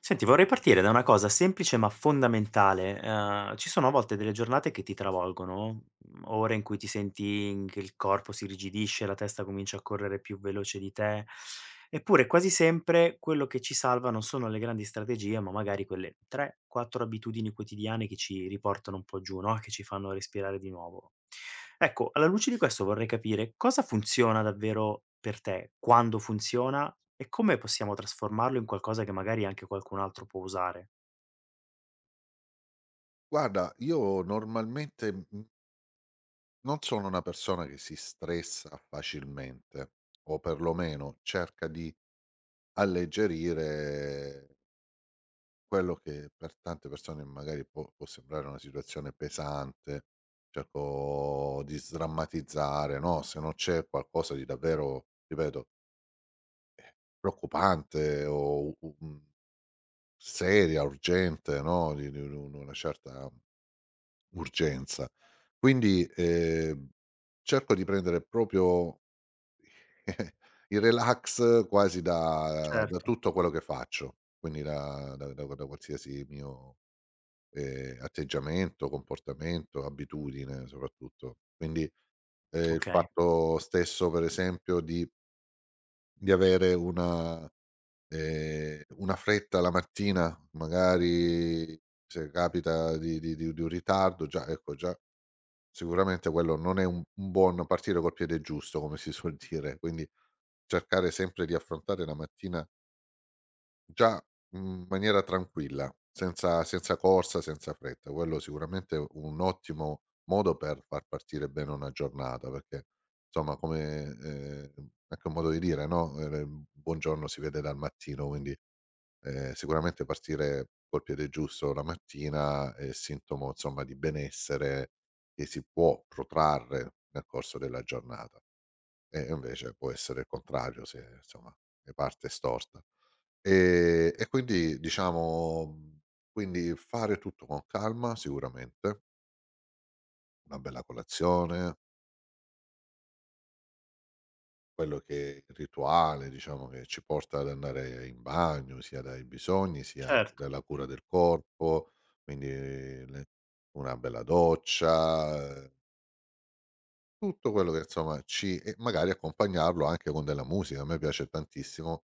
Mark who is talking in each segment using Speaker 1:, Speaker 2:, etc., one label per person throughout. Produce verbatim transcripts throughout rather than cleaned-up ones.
Speaker 1: Senti, vorrei partire da una cosa semplice ma fondamentale. Ehm, ci sono a volte delle giornate che ti travolgono, mhmm, ore in cui ti senti in- che il corpo si irrigidisce, la testa comincia a correre più veloce di te. Eppure quasi sempre quello che ci salva non sono le grandi strategie, ma magari quelle tre, quattro abitudini quotidiane che ci riportano un po' giù, no, che ci fanno respirare di nuovo. Ecco, alla luce di questo vorrei capire cosa funziona davvero per te, quando funziona e come possiamo trasformarlo in qualcosa che magari anche qualcun altro può usare?
Speaker 2: Guarda, io normalmente, mhmm, non sono una persona che si stressa facilmente, o perlomeno cerca di alleggerire quello che per tante persone magari può può sembrare una situazione pesante. Cerco di sdrammatizzare, no, se non c'è qualcosa di davvero, ripeto, preoccupante o u mhmm, seria, urgente, no, di di un una certa urgenza. Quindi, ehm, cerco di prendere proprio il relax quasi da da
Speaker 1: Certo.
Speaker 2: tutto quello che faccio, quindi da da da da qualsiasi mio, ehm, atteggiamento, comportamento, abitudine soprattutto. Quindi, ehm, il
Speaker 1: Okay,
Speaker 2: fatto stesso per esempio di di avere una ehm, una fretta la mattina, magari se capita di di di di un ritardo, già ecco già sicuramente quello non è un un buon partire col piede giusto, come si suol dire, quindi cercare sempre di affrontare la mattina già in maniera tranquilla, senza senza corsa, senza fretta. Quello sicuramente è un ottimo modo per far partire bene una giornata, perché insomma come, ehm, anche un modo di dire, no, ehm, buongiorno si vede dal mattino, quindi Ehm, sicuramente partire col piede giusto la mattina è sintomo insomma di benessere che si può protrarre nel corso della giornata, e invece può essere il contrario se insomma ne parte storta. Ehm, e quindi diciamo, mhmm, quindi fare tutto con calma sicuramente, una bella colazione. Quello che il rituale, diciamo, che ci porta ad andare in bagno, sia dai bisogni, sia anche
Speaker 1: certo.
Speaker 2: dalla cura del corpo, quindi le una bella doccia, ehm, tutto quello che insomma ci, e magari accompagnarlo anche con della musica. A me piace tantissimo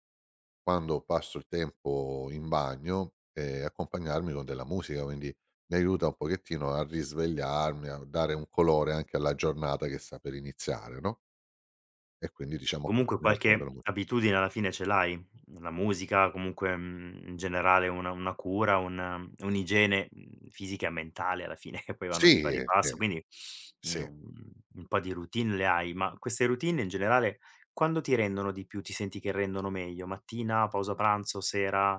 Speaker 2: quando passo il tempo in bagno, ehm, accompagnarmi con della musica, quindi mi aiuta un pochettino a risvegliarmi, a dare un colore anche alla giornata che sta per iniziare, no, e quindi diciamo
Speaker 1: Comunque
Speaker 2: accompagnato con
Speaker 1: qualche
Speaker 2: della musica.
Speaker 1: abitudine alla fine ce l'hai? La musica, comunque, mhmm, in generale una una cura, un un'igiene, mhmm, fisica e mentale alla fine che poi vanno di
Speaker 2: Sì,
Speaker 1: pari
Speaker 2: eh,
Speaker 1: passo,
Speaker 2: sì,
Speaker 1: quindi, mhmm,
Speaker 2: sì.
Speaker 1: un po' di routine le hai, ma queste routine in generale quando ti rendono di più? Ti senti che rendono meglio? Mattina, pausa pranzo, sera,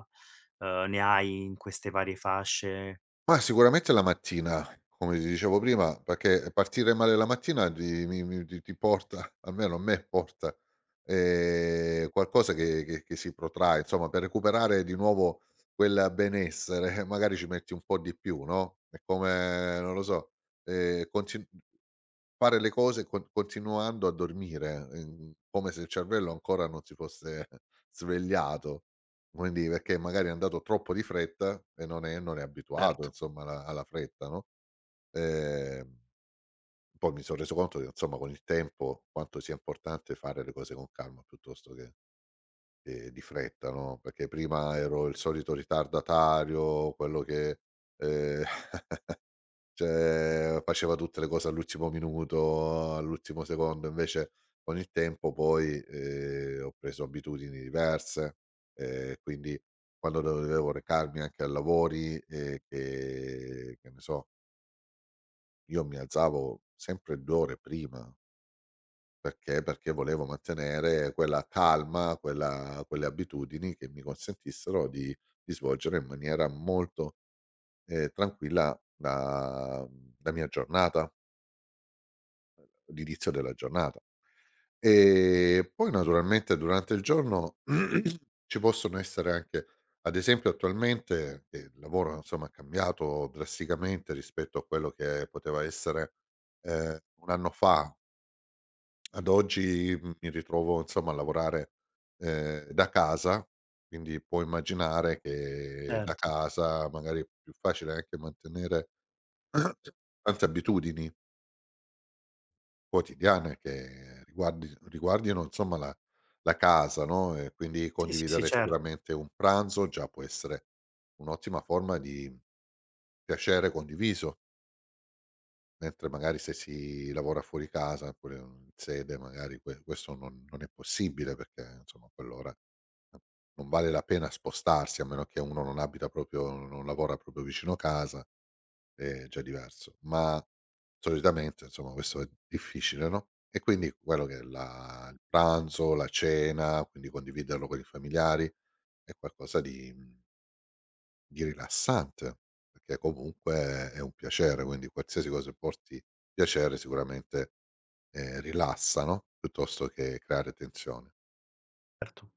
Speaker 1: uhm, ne hai in queste varie fasce?
Speaker 2: Ma sicuramente la mattina, come ti dicevo prima, perché partire male la mattina ti mi mi ti ti porta, almeno a me porta, ehm, qualcosa che che che si protrae, insomma per recuperare di nuovo quel benessere magari ci metti un po' di più, no, è come non lo so, ehm, conti. Fare le cose con, continuando a dormire, ehm, come se il cervello ancora non si fosse svegliato. Quindi perché magari è andato troppo di fretta e non è non è abituato
Speaker 1: Certo,
Speaker 2: insomma alla alla fretta, no, ehm, poi mi son reso conto che insomma con il tempo quanto sia importante fare le cose con calma piuttosto che, ehm, di fretta, no, perché prima ero il solito ritardatario, quello che, ehm cioè, faceva tutte le cose all'ultimo minuto, all'ultimo secondo, invece con il tempo poi, ehm, ho preso abitudini diverse, ehm, quindi quando dovevo recarmi anche a lavori, ehm, che che ne so, io mi alzavo sempre due ore prima. Perché? Perché volevo mantenere quella calma, quella quelle abitudini che mi consentissero di di svolgere in maniera molto, ehm, tranquilla la la mia giornata. L'inizio della giornata. E poi naturalmente durante il giorno ci possono essere anche ad esempio attualmente che il lavoro insomma è cambiato drasticamente rispetto a quello che poteva essere, ehm, un anno fa. Ad oggi mh, mi ritrovo insomma a lavorare, ehm, da casa, quindi puoi immaginare che da
Speaker 1: certo.
Speaker 2: casa magari è più facile anche mantenere tante abitudini quotidiane che riguardi riguardino insomma la la casa, no, e quindi
Speaker 1: Sì, sì, sì,
Speaker 2: condividere
Speaker 1: certo.
Speaker 2: sicuramente un pranzo già può essere un'ottima forma di piacere condiviso, mentre magari se si lavora fuori casa oppure in sede magari que questo non non è possibile perché insomma a quell'ora eh, non vale la pena spostarsi, a meno che uno non abita proprio, non lavora proprio vicino casa, è già diverso, ma solitamente insomma questo è difficile, no, e quindi quello che è la il pranzo, la cena, quindi condividerlo con i familiari è qualcosa di mhmm, di rilassante, perché comunque è un piacere, quindi qualsiasi cosa porti piacere sicuramente, ehm, rilassa, no, piuttosto che creare tensione.
Speaker 1: Certo.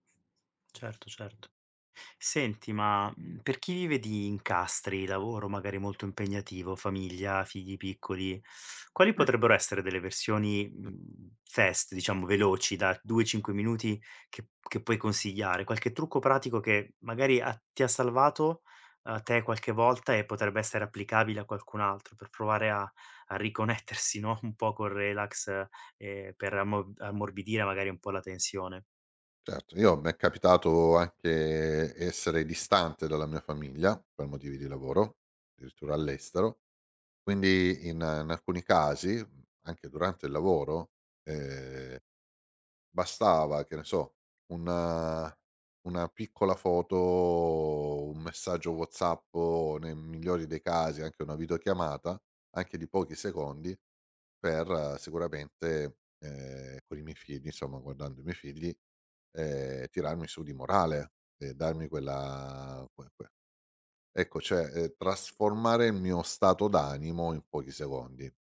Speaker 1: Certo, certo. Senti, ma, mhmm, per chi vive di incastri, lavoro magari molto impegnativo, famiglia, figli piccoli, quali potrebbero essere delle versioni, mhmm, fast, diciamo veloci da due, cinque minuti che che puoi consigliare? Qualche trucco pratico che magari ha ti ha salvato a te qualche volta e potrebbe essere applicabile a qualcun altro per provare a a riconnettersi, no, un po' col relax, ehm, per ammo ammorbidire magari un po' la tensione.
Speaker 2: Certo, io m'è capitato anche essere distante dalla mia famiglia per motivi di lavoro, addirittura all'estero. Quindi in in alcuni casi, mhmm, anche durante il lavoro, ehm, bastava, che ne so, una una piccola foto, un messaggio WhatsApp o nei migliori dei casi anche una videochiamata, anche di pochi secondi, per eh, sicuramente, ehm, con i miei figli, insomma guardando i miei figli, ehm, tirarmi su di morale e darmi quella que que ecco, cioè, ehm, trasformare il mio stato d'animo in pochi secondi.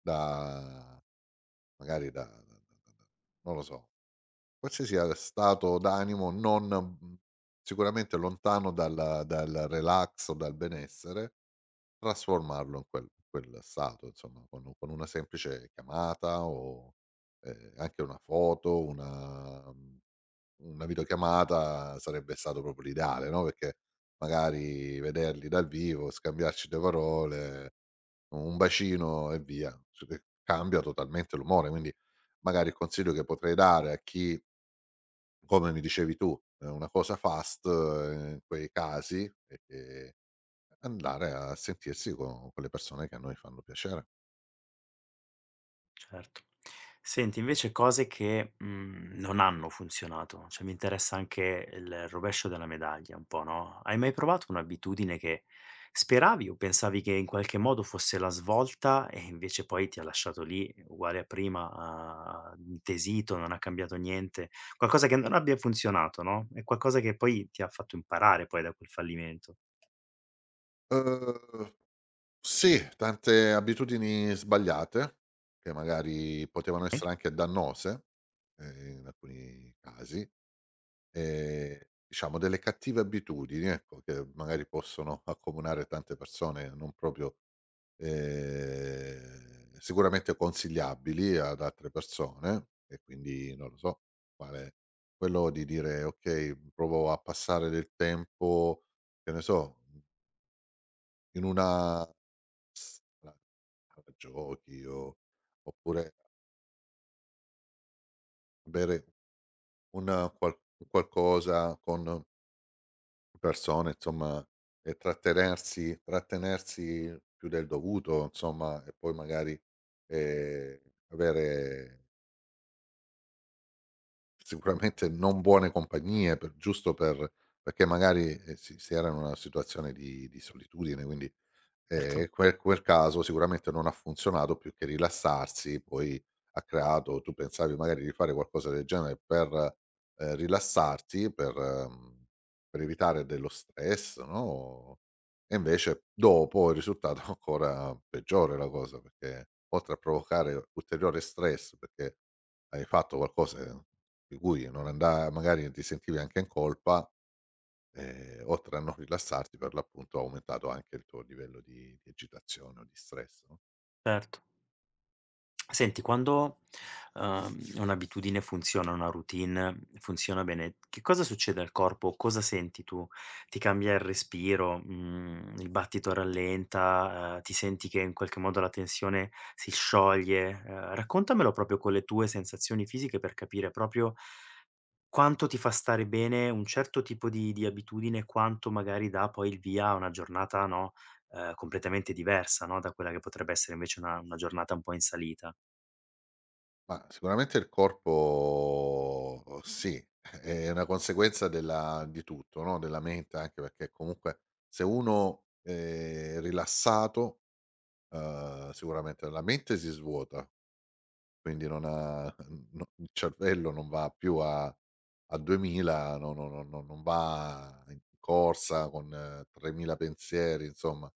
Speaker 2: Da magari da da da da da non lo so, qualsiasi a stato d'animo non mhmm, sicuramente lontano dal dal relax o dal benessere, trasformarlo in quel in quel stato insomma, con con una semplice chiamata o, ehm, anche una foto, una mhmm, una videochiamata sarebbe stato proprio l'ideale, no, perché magari vederli dal vivo, scambiarci due parole, un bacino e via, c che cambia totalmente l'umore, quindi magari il consiglio che potrei dare a chi, come mi dicevi tu, è una cosa fast eh, in quei casi, e e andare a sentirsi con con le persone che a noi fanno piacere.
Speaker 1: Certo. Senti invece cose che, mhmm, non hanno funzionato, cioè mi interessa anche il rovescio della medaglia un po', no, hai mai provato un'abitudine che speravi o pensavi che in qualche modo fosse la svolta e invece poi ti ha lasciato lì uguale a prima, a intesito, non ha cambiato niente, qualcosa che non abbia funzionato, no, e qualcosa che poi ti ha fatto imparare poi da quel fallimento.
Speaker 2: Uhm, sì, tante abitudini sbagliate, che magari potevano essere anche dannose, ehm, in alcuni casi. Ehm, diciamo delle cattive abitudini, ecco, che magari possono accomunare tante persone non proprio, ehm, sicuramente consigliabili ad altre persone e quindi, non lo so, quale quello di dire: "Okay, provo a passare del tempo", che ne so, in una sala sala giochi o oppure bere un qual qualcosa con persone insomma e trattenersi trattenersi più del dovuto insomma e poi magari, ehm, avere sicuramente non buone compagnie per giusto per, perché magari, ehm, si si era in una situazione di di solitudine, quindi Ehm,
Speaker 1: Certo,
Speaker 2: e quel quel caso sicuramente non ha funzionato, più che rilassarsi poi ha creato, tu pensavi magari di fare qualcosa del genere per, ehm, rilassarti, per mhmm, per evitare dello stress, no, e invece dopo è risultato ancora peggiore la cosa, perché oltre a provocare ulteriore stress, perché hai fatto qualcosa di cui non anda magari ti sentivi anche in colpa. Ehm, oltre a non rilassarti per l'appunto ha aumentato anche il tuo livello di di agitazione o di stress, no,
Speaker 1: certo. Senti, quando, uhm, un'abitudine funziona, una routine funziona bene, che cosa succede al corpo? Cosa senti tu? Ti cambia il respiro? Mhmm, il battito rallenta? Uhm, ti senti che in qualche modo la tensione si scioglie? Uhm, raccontamelo proprio con le tue sensazioni fisiche per capire proprio quanto ti fa stare bene un certo tipo di di abitudine e quanto magari dà poi il via a una giornata, no, uhm, completamente diversa, no, da quella che potrebbe essere invece una una giornata un po' in salita.
Speaker 2: ma sicuramente il corpo sì, è una conseguenza della di tutto, no, della mente anche, perché comunque se uno è rilassato, uhm, sicuramente la mente si svuota, quindi non ha no, il cervello non va più a a duemila, no no no no, non va in corsa con tremila pensieri insomma.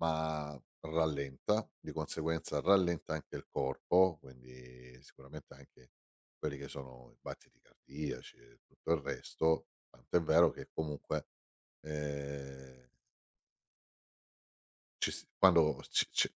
Speaker 2: Ma rallenta, di conseguenza rallenta anche il corpo, quindi sicuramente anche quelli che sono i battiti cardiaci e tutto il resto, tant'è vero che comunque, ehm ci si quando ci ci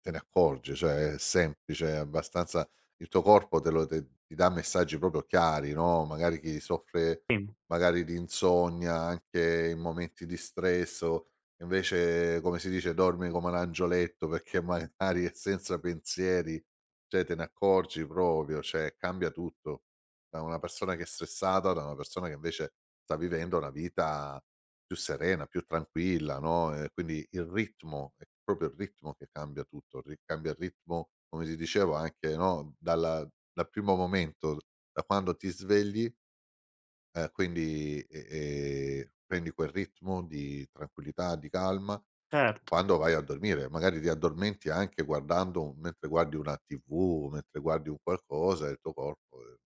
Speaker 2: te ne accorgi, cioè è semplice, è abbastanza, il tuo corpo te lo te ti dà messaggi proprio chiari, no, magari chi soffre
Speaker 1: Sì,
Speaker 2: magari di insonnia anche in momenti di stress, o invece, come si dice, dormi come un angioletto perché magari è senza pensieri, cioè te ne accorgi proprio, cioè cambia tutto, da una persona che è stressata, da una persona che invece sta vivendo una vita più serena, più tranquilla, no, ehm, quindi il ritmo, è proprio il ritmo che cambia tutto, ri cambia il ritmo, come ti dicevo anche, no, dalla dal primo momento, da quando ti svegli, ehm, quindi, e e prendi quel ritmo di tranquillità, di calma,
Speaker 1: certo.
Speaker 2: quando vai a dormire. Magari ti addormenti anche guardando, mentre guardi una tivù, mentre guardi un qualcosa, e il tuo corpo, ehm,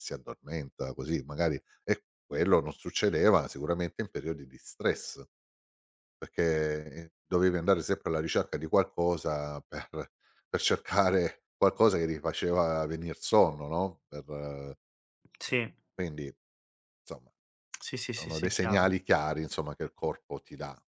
Speaker 2: si addormenta così magari, e quello non succedeva sicuramente in periodi di stress. Perché, ehm, dovevi andare sempre alla ricerca di qualcosa per per cercare qualcosa che ti faceva venir sonno, no, per eh,
Speaker 1: Sì,
Speaker 2: quindi insomma
Speaker 1: sì, sì, sì,
Speaker 2: sono dei
Speaker 1: sì, chiaro.
Speaker 2: segnali chiari insomma che il corpo ti dà.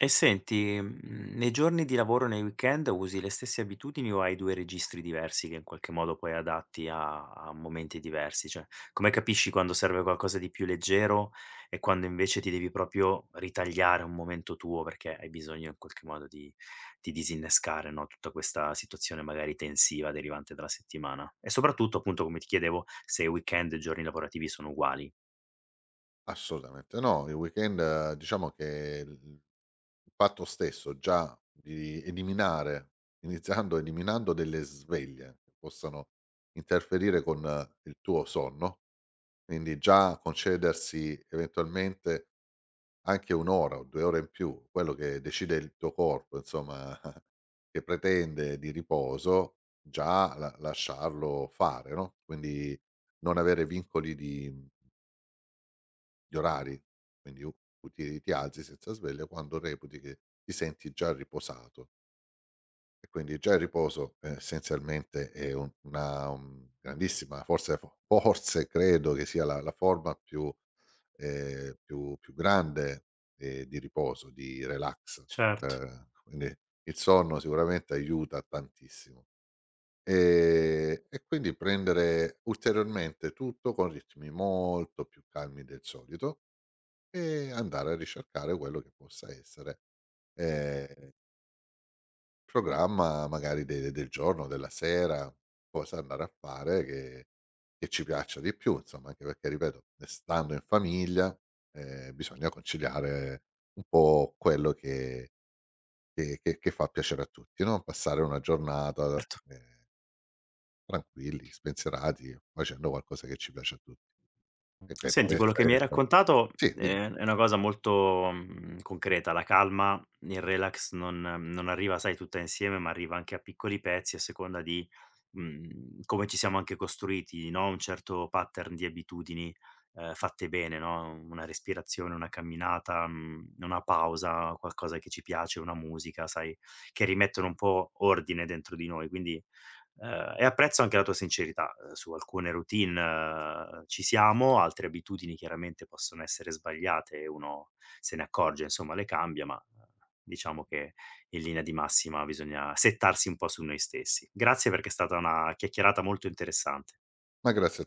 Speaker 1: E senti, mhmm, nei giorni di lavoro, nei weekend usi le stesse abitudini o hai due registri diversi che in qualche modo poi adatti a a momenti diversi? Cioè, come capisci quando serve qualcosa di più leggero e quando invece ti devi proprio ritagliare un momento tuo perché hai bisogno in qualche modo di di disinnescare, no, tutta questa situazione magari tensiva derivante dalla settimana? E soprattutto, appunto, come ti chiedevo, se weekend e giorni lavorativi sono uguali.
Speaker 2: Assolutamente no, il weekend eh, diciamo che l il fatto stesso già di eliminare, iniziando eliminando delle sveglie che possano interferire con eh, il tuo sonno, quindi già concedersi eventualmente anche un' ora o due ore in più, quello che decide il tuo corpo insomma, che pretende di riposo, già la lasciarlo fare, no, quindi non avere vincoli di di orari, quindi u ti ti alzi senza sveglia quando reputi che ti senti già riposato, e quindi già il riposo, ehm, essenzialmente è un una, mhmm, grandissima, forse fo forse credo che sia la la forma più, ehm, più più grande, ehm, di riposo, di relax.
Speaker 1: Certo,
Speaker 2: Ehm, quindi il sonno sicuramente aiuta tantissimo. Ehm, e quindi prendere ulteriormente tutto con ritmi molto più calmi del solito e andare a ricercare quello che possa essere, ehm programma magari de del giorno, della sera, cosa andare a fare che che ci piaccia di più insomma, anche perché ripeto, stando in famiglia, ehm, bisogna conciliare un po' quello che che che che fa piacere a tutti, no, passare una giornata,
Speaker 1: certo.
Speaker 2: ehm, tranquilli, spensierati, facendo qualcosa che ci piace a tutti. E te
Speaker 1: Senti,
Speaker 2: poi
Speaker 1: quello che mi
Speaker 2: essendo,
Speaker 1: hai raccontato è
Speaker 2: sì, dimmi.
Speaker 1: è una cosa molto, mhmm, concreta. La calma, il relax non non arriva, sai, tutta insieme, ma arriva anche a piccoli pezzi a seconda di, mhmm, come ci siamo anche costruiti, no, un certo pattern di abitudini, ehm, fatte bene, no, una respirazione, una camminata, mhmm, una pausa, qualcosa che ci piace, una musica, sai, che rimettono un po' ordine dentro di noi, quindi Ehm, e apprezzo anche la tua sincerità, ehm, su alcune routine eh, ci siamo, altre abitudini chiaramente possono essere sbagliate e uno se ne accorge, insomma le cambia, ma eh, diciamo che in linea di massima bisogna settarsi un po' su noi stessi. Grazie perché è stata una chiacchierata molto interessante.
Speaker 2: Ma grazie.